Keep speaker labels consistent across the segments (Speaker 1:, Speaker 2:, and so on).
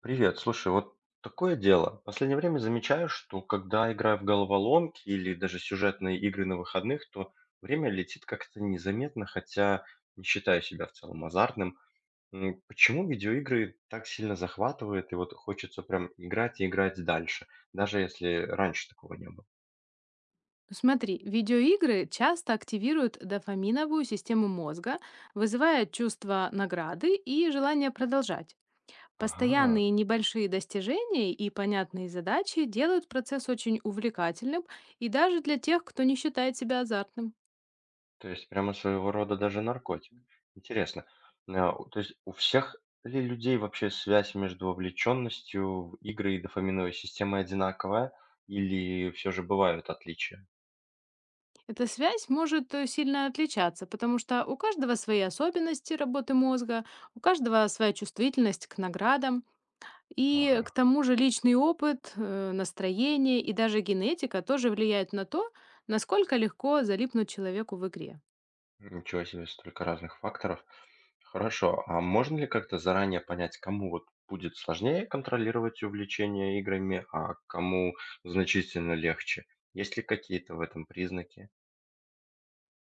Speaker 1: Привет, слушай, вот такое дело. В последнее время замечаю, что когда играю в головоломки или даже сюжетные игры на выходных, то время летит как-то незаметно, хотя не считаю себя в целом азартным. Почему видеоигры так сильно захватывают, и вот хочется прям играть и играть дальше, даже если раньше такого не было?
Speaker 2: Ну, смотри, видеоигры часто активируют дофаминовую систему мозга, вызывая чувство награды и желание продолжать.
Speaker 1: Ага.
Speaker 2: Постоянные небольшие достижения и понятные задачи делают процесс очень увлекательным и даже для тех, кто не считает себя азартным.
Speaker 1: То есть прямо своего рода даже наркотик. Интересно. А, у То есть у всех ли людей вообще связь между вовлеченностью в игры и дофаминовой системой одинаковая или всё же бывают отличия?
Speaker 2: Эта связь может сильно отличаться, потому что у каждого свои особенности работы мозга, у каждого своя чувствительность к наградам, и
Speaker 1: Ага,
Speaker 2: к тому же личный опыт, настроение и даже генетика тоже влияют на то, насколько легко залипнуть человеку в игре.
Speaker 1: ничего себе, столько разных факторов. Хорошо, а можно ли как-то заранее понять, кому вот будет сложнее контролировать увлечение играми, а кому значительно легче? Есть ли какие-то в этом признаки?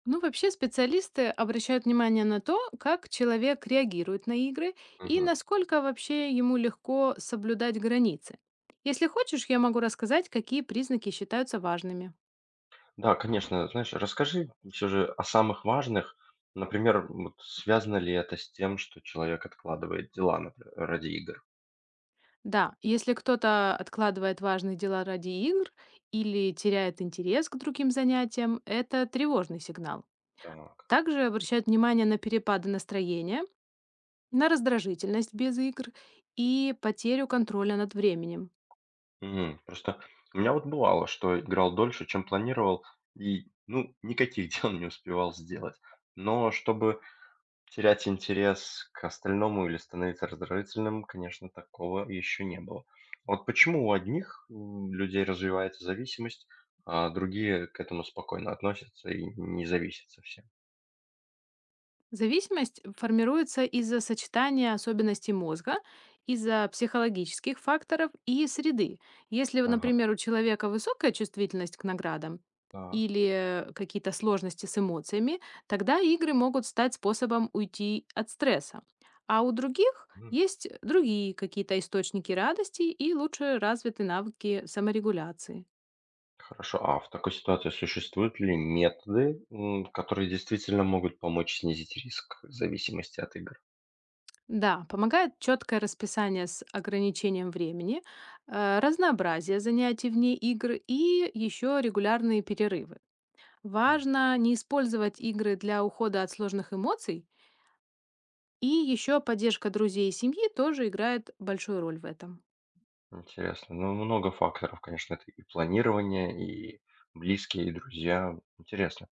Speaker 2: Ну, вообще специалисты обращают внимание на то, как человек реагирует на игры и
Speaker 1: Мгм.
Speaker 2: насколько вообще ему легко соблюдать границы. Если хочешь, я могу рассказать, какие признаки считаются важными.
Speaker 1: Да, конечно. Знаешь, расскажи все же о самых важных. Например, вот связано ли это с тем, что человек откладывает дела, например, ради игр?
Speaker 2: Да, если кто-то откладывает важные дела ради игр или теряет интерес к другим занятиям, это тревожный сигнал.
Speaker 1: Так.
Speaker 2: Также обращают внимание на перепады настроения, на раздражительность без игр и потерю контроля над временем.
Speaker 1: Мгм. Просто у меня вот бывало, что играл дольше, чем планировал, и, ну, никаких дел не успевал сделать. Но чтобы терять интерес к остальному или становиться раздражительным, конечно, такого еще не было. Вот почему у одних людей развивается зависимость, а другие к этому спокойно относятся и не зависят совсем?
Speaker 2: Зависимость формируется из-за сочетания особенностей мозга, из-за психологических факторов и среды. Если,
Speaker 1: Ага.
Speaker 2: например, у человека высокая чувствительность к наградам
Speaker 1: А,
Speaker 2: или какие-то сложности с эмоциями, тогда игры могут стать способом уйти от стресса. А у других
Speaker 1: м,
Speaker 2: есть другие какие-то источники радости и лучше развиты навыки саморегуляции.
Speaker 1: Хорошо. А в такой ситуации существуют ли методы, которые действительно могут помочь снизить риск зависимости от игр?
Speaker 2: Да, помогает четкое расписание с ограничением времени, разнообразие занятий вне игр и еще регулярные перерывы.
Speaker 1: Так,
Speaker 2: Важно не использовать игры для ухода от сложных эмоций, и еще поддержка друзей и семьи тоже играет большую роль в этом.
Speaker 1: интересно. Ну, много факторов, конечно, это и планирование, и близкие, и друзья. Интересно.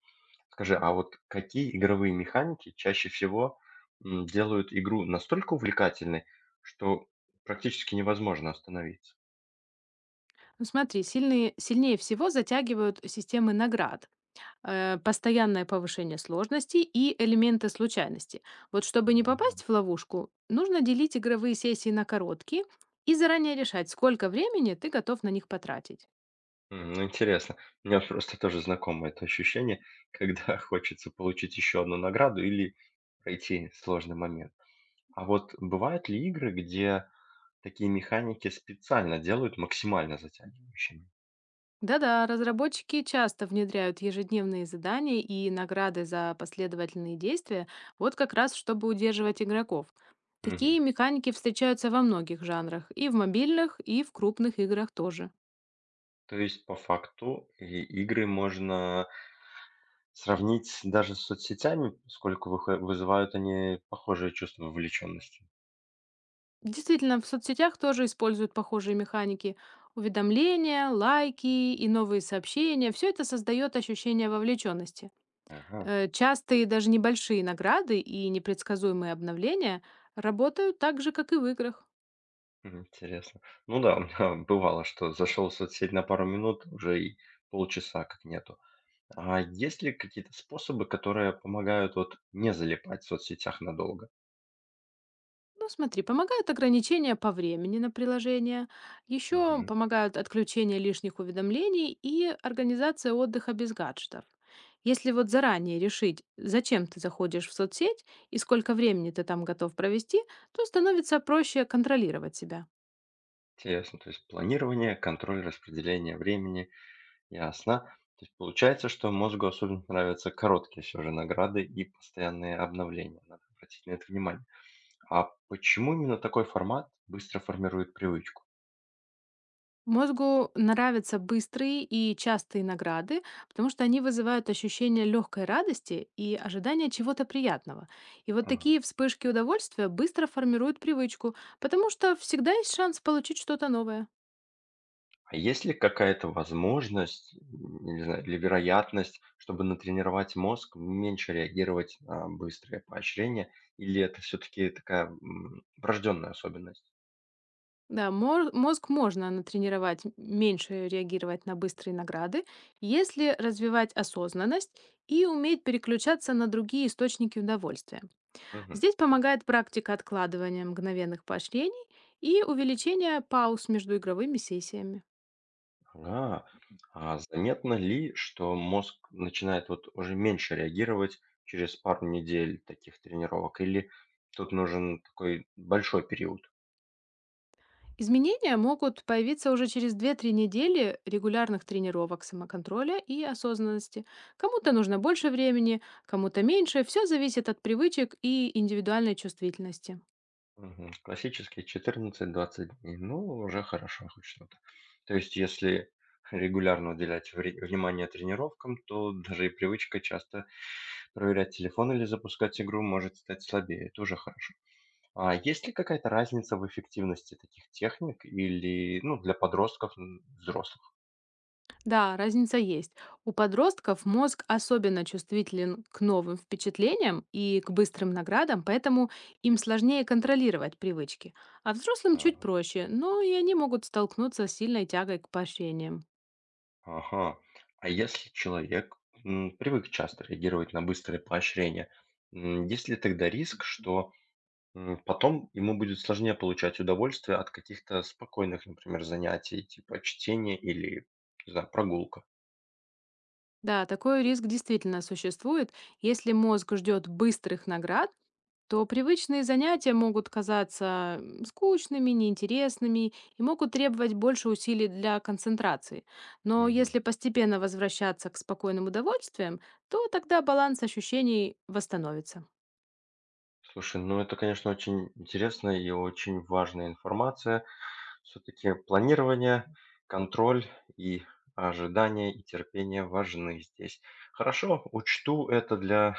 Speaker 1: Скажи, а вот какие игровые механики чаще всего, делают игру настолько увлекательной, что практически невозможно остановиться?
Speaker 2: Ну, смотри, сильнее всего затягивают системы наград, постоянное повышение сложности и элементы случайности. Вот чтобы не
Speaker 1: Ну да.
Speaker 2: попасть в ловушку, нужно делить игровые сессии на короткие и заранее решать, сколько времени ты готов на них потратить.
Speaker 1: Ну интересно. У меня просто тоже знакомо это ощущение, когда хочется получить еще одну награду или пройти сложный момент. А вот бывают ли игры, где такие механики специально делают максимально затягивающими?
Speaker 2: Да-да, разработчики часто внедряют ежедневные задания и награды за последовательные действия, вот как раз чтобы удерживать игроков.
Speaker 1: Мгм.
Speaker 2: Такие механики встречаются во многих жанрах, и в мобильных, и в крупных играх тоже.
Speaker 1: То есть по факту и игры можно сравнить даже с соцсетями, поскольку выхо вызывают они похожие чувства вовлеченности.
Speaker 2: Действительно, в соцсетях тоже используют похожие механики. Уведомления, лайки и новые сообщения. Все это создает ощущение вовлеченности.
Speaker 1: Ага,
Speaker 2: Частые, даже небольшие награды и непредсказуемые обновления работают так же, как и в играх.
Speaker 1: интересно. Ну да, у меня бывало, что зашел в соцсеть на пару минут, уже и полчаса как нету. А есть ли какие-то способы, которые помогают вот не залипать в соцсетях надолго?
Speaker 2: Ну, смотри, помогают ограничения по времени на приложение, еще
Speaker 1: Мгм.
Speaker 2: помогают отключение лишних уведомлений и организация отдыха без гаджетов. Если вот заранее решить, зачем ты заходишь в соцсеть и сколько времени ты там готов провести, то становится проще контролировать себя.
Speaker 1: Интересно, то есть планирование, контроль распределения времени, ясно. То есть получается, что мозгу особенно нравятся короткие все же награды и постоянные обновления. Надо обратить на это внимание. А почему именно такой формат быстро формирует привычку?
Speaker 2: Мозгу нравятся быстрые и частые награды, потому что они вызывают ощущение легкой радости и ожидание чего-то приятного. И вот
Speaker 1: Ага.
Speaker 2: такие вспышки удовольствия быстро формируют привычку, потому что всегда есть шанс получить что-то новое.
Speaker 1: А есть ли какая-то возможность, не знаю, или вероятность, чтобы натренировать мозг меньше реагировать на быстрые поощрения, или это все-таки такая врожденная особенность?
Speaker 2: Да, мозг можно натренировать меньше реагировать на быстрые награды, если развивать осознанность и уметь переключаться на другие источники удовольствия.
Speaker 1: Мгм.
Speaker 2: Здесь помогает практика откладывания мгновенных поощрений и увеличение пауз между игровыми сессиями.
Speaker 1: Ага. А заметно ли, что мозг начинает вот уже меньше реагировать через пару недель таких тренировок, или тут нужен такой большой период?
Speaker 2: Изменения могут появиться уже через две-три недели регулярных тренировок самоконтроля и осознанности. Кому-то нужно больше времени, кому-то меньше. Все зависит от привычек и индивидуальной чувствительности.
Speaker 1: Мгм. Классические 14-20 дней. Ну, уже хорошо хоть что-то. То есть, если регулярно уделять внимание тренировкам, то даже и привычка часто проверять телефон или запускать игру может стать слабее. Это уже хорошо. А есть ли какая-то разница в эффективности таких техник или, ну, для подростков, взрослых?
Speaker 2: Да, разница есть. У подростков мозг особенно чувствителен к новым впечатлениям и к быстрым наградам, поэтому им сложнее контролировать привычки. А взрослым чуть
Speaker 1: Так,
Speaker 2: проще, но и они могут столкнуться с сильной тягой к поощрениям.
Speaker 1: ага. А если человек привык часто реагировать на быстрые поощрения, есть ли тогда риск, что потом ему будет сложнее получать удовольствие от каких-то спокойных, например, занятий, типа чтения или, не знаю, прогулка.
Speaker 2: Да, такой риск действительно существует. Если мозг ждет быстрых наград, то привычные занятия могут казаться скучными, неинтересными и могут требовать больше усилий для концентрации. Но
Speaker 1: Мгм.
Speaker 2: если постепенно возвращаться к спокойным удовольствиям, то тогда баланс ощущений восстановится.
Speaker 1: Слушай, ну это, конечно, очень интересная и очень важная информация. Все-таки планирование, контроль и ожидание, и терпение важны здесь. Хорошо, учту это для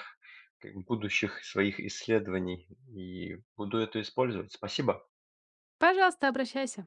Speaker 1: как бы будущих своих исследований и буду это использовать. Спасибо.
Speaker 2: Пожалуйста, обращайся.